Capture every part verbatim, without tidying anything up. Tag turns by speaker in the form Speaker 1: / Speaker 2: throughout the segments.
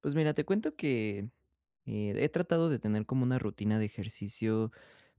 Speaker 1: Pues mira, te cuento que, eh, he tratado de tener como una rutina de ejercicio,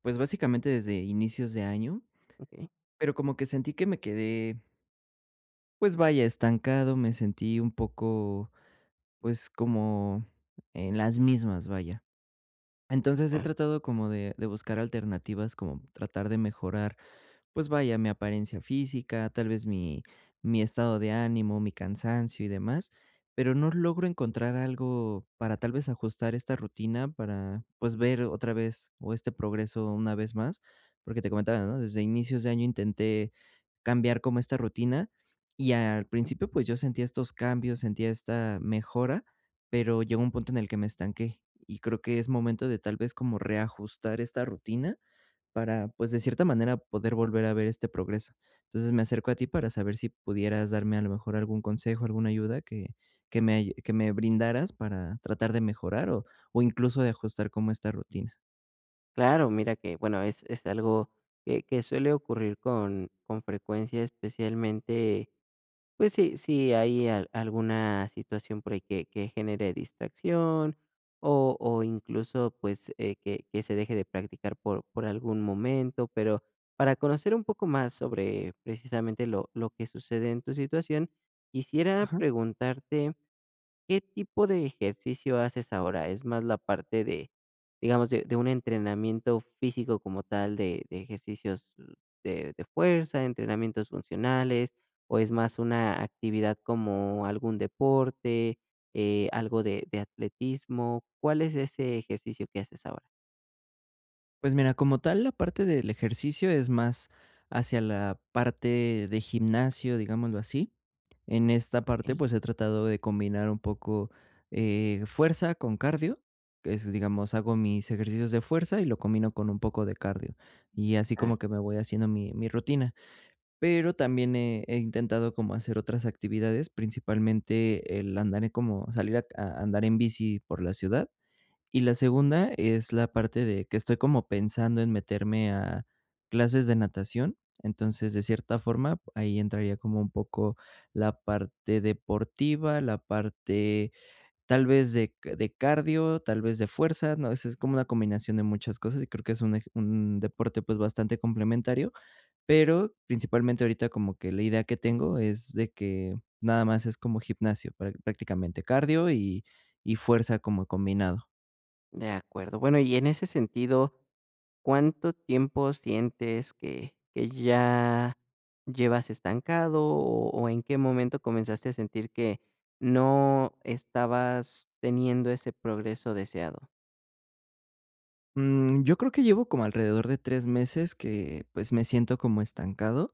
Speaker 1: pues, básicamente desde inicios de año,
Speaker 2: Okey,
Speaker 1: pero como que sentí que me quedé, pues vaya, estancado, me sentí un poco, pues, como en las mismas, vaya. Entonces, he
Speaker 2: ah,
Speaker 1: tratado como de de buscar alternativas, como tratar de mejorar pues vaya, mi apariencia física, tal vez mi, mi estado de ánimo, mi cansancio y demás, pero no logro encontrar algo para tal vez ajustar esta rutina para pues ver otra vez o este progreso una vez más, porque te comentaba, ¿no? Desde inicios de año intenté cambiar como esta rutina y al principio pues yo sentía estos cambios, sentía esta mejora, pero llegó un punto en el que me estanqué y creo que es momento de tal vez como reajustar esta rutina para, pues, de cierta manera, poder volver a ver este progreso. Entonces, me acerco a ti para saber si pudieras darme, a lo mejor, algún consejo, alguna ayuda que que me ay que me brindaras para tratar de mejorar o o incluso de ajustar como esta rutina.
Speaker 2: claro, mira que, bueno, es es algo que que suele ocurrir con con frecuencia, especialmente, pues, si si hay al alguna situación por ahí que que genere distracción o o incluso, pues, eh, que que se deje de practicar por por algún momento, pero para conocer un poco más sobre precisamente lo lo que sucede en tu situación, quisiera
Speaker 1: Ajá.
Speaker 2: preguntarte: ¿qué tipo de ejercicio haces ahora? ¿Es más la parte de, digamos, de, de un entrenamiento físico como tal, de, de ejercicios mm, de, de fuerza, entrenamientos funcionales, o es más una actividad como algún deporte, eh, algo de, de atletismo? ¿Cuál es ese ejercicio que haces ahora?
Speaker 1: Pues mira, como tal, la parte del ejercicio es más hacia la parte de gimnasio, digámoslo así. En esta parte,
Speaker 2: Ok,
Speaker 1: pues he tratado de combinar un poco eh, fuerza con cardio, que es, digamos, hago mis ejercicios de fuerza y lo combino con un poco de cardio. Y así
Speaker 2: ah,
Speaker 1: como que me voy haciendo mi, mi rutina. Pero también he, he intentado como hacer otras actividades, principalmente el andar en como salir a a andar en bici por la ciudad y la segunda es la parte de que estoy como pensando en meterme a clases de natación. Entonces, de cierta forma, ahí entraría como un poco la parte deportiva, la parte tal vez de, c- de cardio, tal vez de fuerza, ¿no? Es, es como una combinación de muchas cosas y creo que es un, ej- un deporte pues bastante complementario, pero principalmente ahorita como que la idea que tengo es de que nada más es como gimnasio, prá- prácticamente cardio y, y fuerza como combinado.
Speaker 2: de acuerdo. Bueno, y en ese sentido, ¿cuánto tiempo sientes que que ya llevas estancado, o o en qué momento comenzaste a sentir que no estabas teniendo ese progreso deseado?
Speaker 1: Mm, yo creo que llevo como alrededor de tres meses que, pues, me siento como estancado.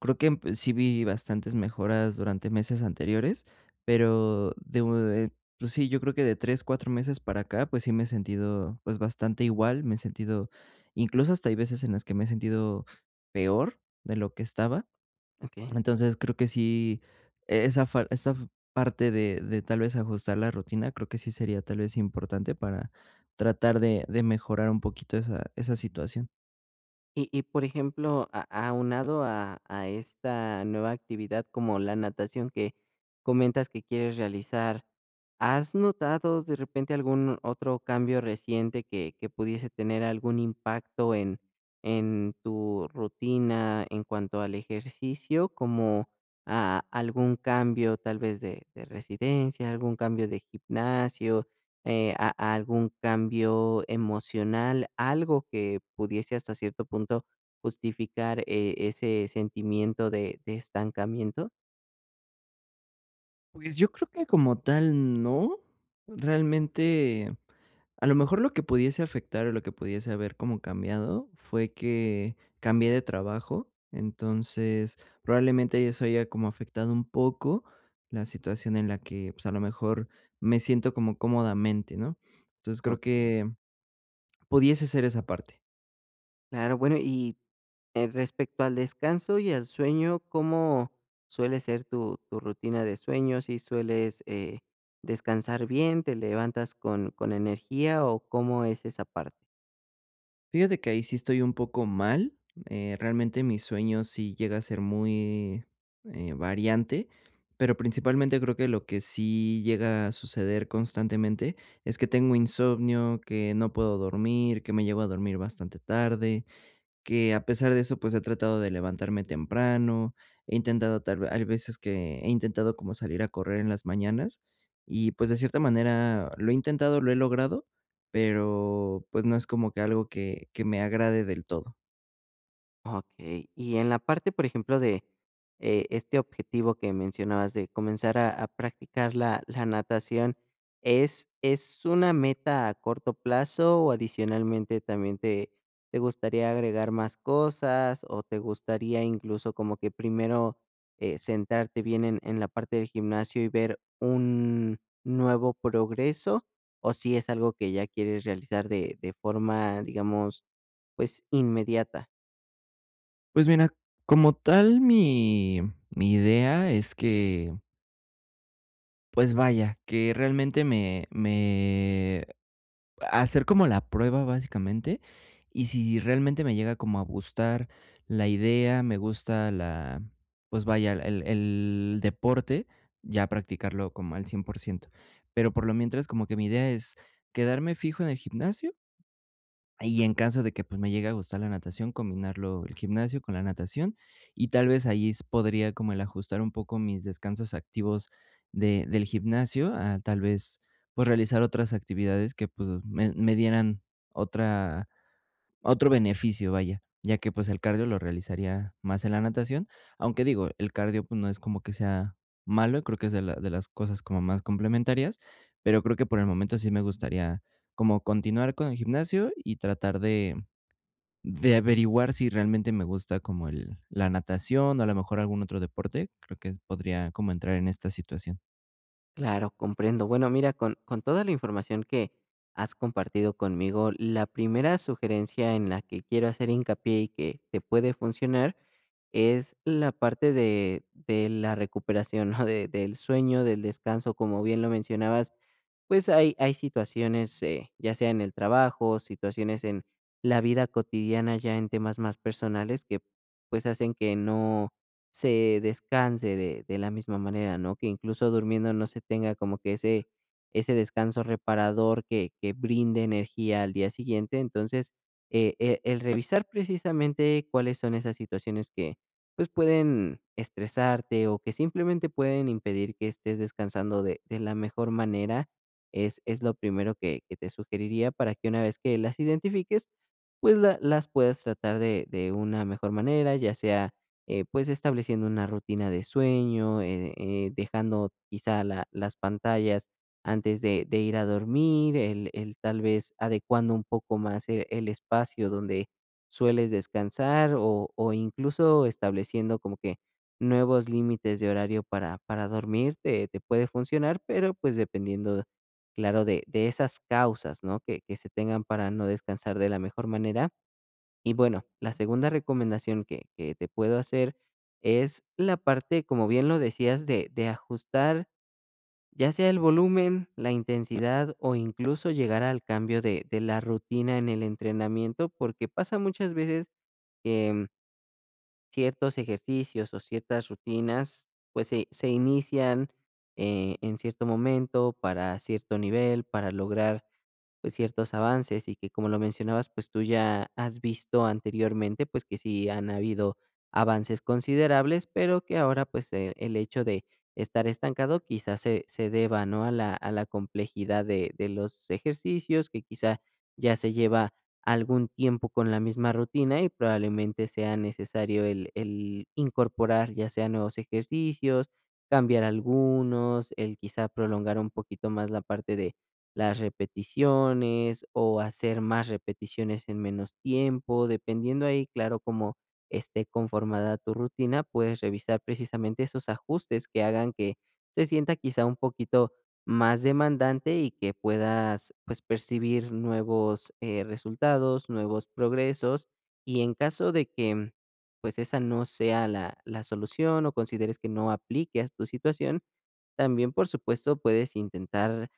Speaker 1: Creo que, emp sí vi bastantes mejoras durante meses anteriores, pero de u eh, pues sí, yo creo que de tres cuatro meses para acá, pues sí me he sentido, pues, bastante igual, me he sentido incluso hasta hay veces en las que me he sentido peor de lo que estaba.
Speaker 2: Okey.
Speaker 1: Entonces, creo que sí, esa fal esa parte de de tal vez ajustar la rutina, creo que sí sería tal vez importante para tratar de de mejorar un poquito esa esa situación.
Speaker 2: Y y, por ejemplo, a aunado a a esta nueva actividad como la natación que comentas que quieres realizar, ¿has notado de repente algún otro cambio reciente que que pudiese tener algún impacto en en tu rutina en cuanto al ejercicio? Como a algún cambio tal vez de de residencia, algún cambio de gimnasio, eh, a a algún cambio emocional, algo que pudiese hasta cierto punto justificar, eh, ese sentimiento de de estancamiento.
Speaker 1: Pues, yo creo que como tal no. Realmente, a lo mejor lo que pudiese afectar, o lo que pudiese haber como cambiado, fue que cambié de trabajo. Entonces, probablemente eso haya como afectado un poco la situación en la que, pues, a lo mejor me siento como cómodamente, ¿no? Entonces, creo
Speaker 2: Okey,
Speaker 1: que pudiese ser esa parte.
Speaker 2: claro, bueno, y, eh, respecto al descanso y al sueño, ¿cómo suele ser tu tu rutina de sueño? ¿Si sueles, eh, descansar bien, te levantas con con energía o cómo es esa parte?
Speaker 1: Fíjate que ahí sí estoy un poco mal, eh, realmente mi sueño sí llega a ser muy, eh, variante, pero principalmente creo que lo que sí llega a suceder constantemente es que tengo insomnio, que no puedo dormir, que me llego a dormir bastante tarde, que a pesar de eso, pues he tratado de levantarme temprano, he intentado tal ve hay veces que he intentado como salir a correr en las mañanas y, pues, de cierta manera lo he intentado, lo he logrado, pero, pues, no es como que algo que que me agrade del todo.
Speaker 2: Okey. Y en la parte, por ejemplo, de, eh, este objetivo que mencionabas de comenzar a a practicar la la natación, ¿es es una meta a corto plazo o adicionalmente también te te gustaría agregar más cosas o te gustaría incluso como que primero, eh, centrarte bien en en la parte del gimnasio y ver un nuevo progreso? ¿O si es algo que ya quieres realizar de de forma, digamos, pues, inmediata?
Speaker 1: Pues mira, como tal, mi mi idea es que, pues vaya, que realmente me me hacer como la prueba, básicamente, y si realmente me llega como a gustar la idea, me gusta la pues vaya, el el deporte, ya practicarlo como al cien por ciento. Pero por lo mientras, como que mi idea es quedarme fijo en el gimnasio y en caso de que, pues, me llegue a gustar la natación, combinarlo el gimnasio con la natación, y tal vez ahí s podría como el ajustar un poco mis descansos activos de del gimnasio a tal vez, pues, realizar otras actividades que, pues, me me dieran otra otro beneficio, vaya, ya que, pues, el cardio lo realizaría más en la natación, aunque digo, el cardio, pues, no es como que sea malo, creo que es de la de las cosas como más complementarias, pero creo que por el momento sí me gustaría como continuar con el gimnasio y tratar de de averiguar si realmente me gusta como el la natación o a lo mejor algún otro deporte, creo que podría como entrar en esta situación.
Speaker 2: Claro, comprendo. Bueno, mira, con, con toda la información que has compartido conmigo, la primera sugerencia en la que quiero hacer hincapié y que te puede funcionar es la parte de, de la recuperación, ¿no? De- del sueño, del descanso, como bien lo mencionabas, pues hay, hay situaciones, eh, ya sea en el trabajo, situaciones en la vida cotidiana, ya en temas más personales, que pues hacen que no se descanse de de la misma manera, ¿no? Que incluso durmiendo no se tenga como que ese ese descanso reparador que que brinde energía al día siguiente. Entonces, eh, e el revisar precisamente cuáles son esas situaciones que, pues, pueden estresarte o que simplemente pueden impedir que estés descansando de de la mejor manera, es es lo primero que que te sugeriría para que una vez que las identifiques, pues, la las puedas tratar de de una mejor manera, ya sea eh, pues estableciendo una rutina de sueño, eh, eh, dejando quizá la- las pantallas antes de, de ir a dormir, el, el tal vez adecuando un poco más el, el espacio donde sueles descansar o, o incluso estableciendo como que nuevos límites de horario para, para dormir te, te puede funcionar, pero pues dependiendo, claro, de, de esas causas, ¿no? Que, que se tengan para no descansar de la mejor manera. Y bueno, la segunda recomendación que que te puedo hacer es la parte, como bien lo decías, de de ajustar, ya sea el volumen, la intensidad o incluso llegar al cambio de de la rutina en el entrenamiento, porque pasa muchas veces que mm, ciertos ejercicios o ciertas rutinas, pues, se se inician, eh, en cierto momento, para cierto nivel, para lograr pues, ciertos avances y que, como lo mencionabas, pues, tú ya has visto anteriormente, pues, que sí han habido avances considerables, pero que ahora, pues, eh, el hecho de estar estancado quizás se se deba, ¿no?, a la a la complejidad de de los ejercicios, que quizá ya se lleva algún tiempo con la misma rutina y probablemente sea necesario el el incorporar, ya sea nuevos ejercicios, cambiar algunos, el quizá prolongar
Speaker 1: Entiendo,
Speaker 2: un poquito más la parte de las repeticiones o hacer más repeticiones en menos tiempo, dependiendo ahí, claro, cómo esté conformada tu rutina, puedes revisar precisamente esos ajustes que hagan que se sienta quizá un poquito más demandante y que puedas pues percibir nuevos eh, resultados, nuevos progresos. Y en caso de que pues esa no sea la, la solución o consideres que no aplique a tu situación, también, por supuesto, puedes intentar,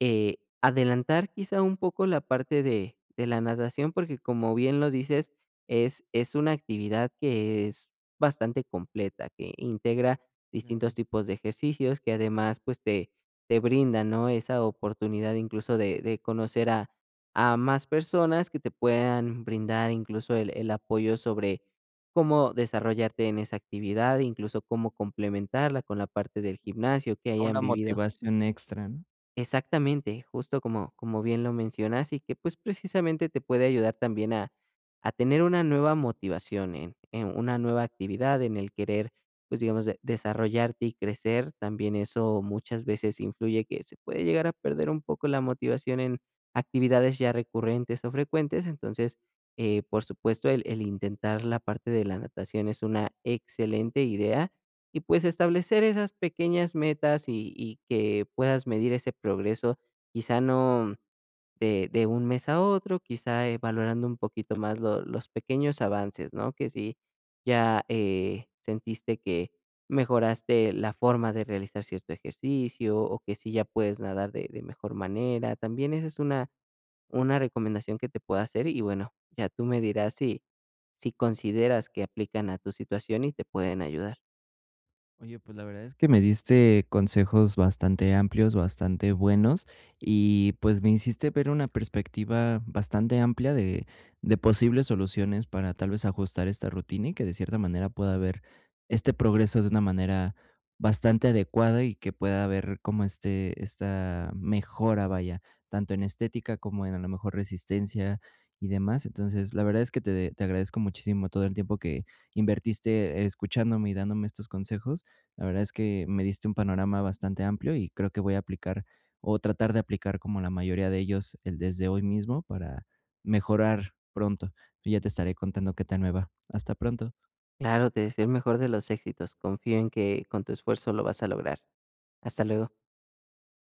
Speaker 2: eh, adelantar quizá un poco la parte de de la natación, porque como bien lo dices, es es una actividad que es bastante completa, que integra distintos
Speaker 1: claro.
Speaker 2: tipos de ejercicios, que además, pues, te te brinda, ¿no?, esa oportunidad incluso de de conocer a a más personas que te puedan brindar incluso el el apoyo sobre cómo desarrollarte en esa actividad, incluso cómo complementarla con la parte del gimnasio que hayan
Speaker 1: Una
Speaker 2: vivido.
Speaker 1: motivación extra, ¿no?
Speaker 2: Exactamente, justo como, como bien lo mencionas y que pues precisamente te puede ayudar también a, a tener una nueva motivación en, en una nueva actividad, en el querer pues digamos de- desarrollarte y crecer. También eso muchas veces influye que se puede llegar a perder un poco la motivación en actividades ya recurrentes o frecuentes. Entonces, eh, por supuesto, el, el intentar la parte de la natación es una excelente idea y pues establecer esas pequeñas metas y y que puedas medir ese progreso, quizá no de de un mes a otro, quizá, eh, valorando un poquito más lo los pequeños avances, ¿no? Que si ya, eh, sentiste que mejoraste la forma de realizar cierto ejercicio o que si ya puedes nadar de de mejor manera, también esa es una una recomendación que te puedo hacer. Y bueno, ya tú me dirás si si consideras que aplican a tu situación y te pueden ayudar.
Speaker 1: Oye, pues la verdad es que me diste consejos bastante amplios, bastante buenos y pues me hiciste ver una perspectiva bastante amplia de, de posibles soluciones para tal vez ajustar esta rutina y que de cierta manera pueda haber este progreso de una manera bastante adecuada y que pueda haber como este, esta mejora, vaya, tanto en estética como en a lo mejor resistencia y demás. Entonces, la verdad es que te, te agradezco muchísimo todo el tiempo que invertiste eh, escuchándome y dándome estos consejos. La verdad es que me diste un panorama bastante amplio y creo que voy a aplicar o tratar de aplicar como la mayoría de ellos el desde hoy mismo para mejorar pronto. Ya te estaré contando qué tal me va. Hasta pronto.
Speaker 2: Claro, te deseo el mejor de los éxitos. Confío en que con tu esfuerzo lo vas a lograr. Hasta luego.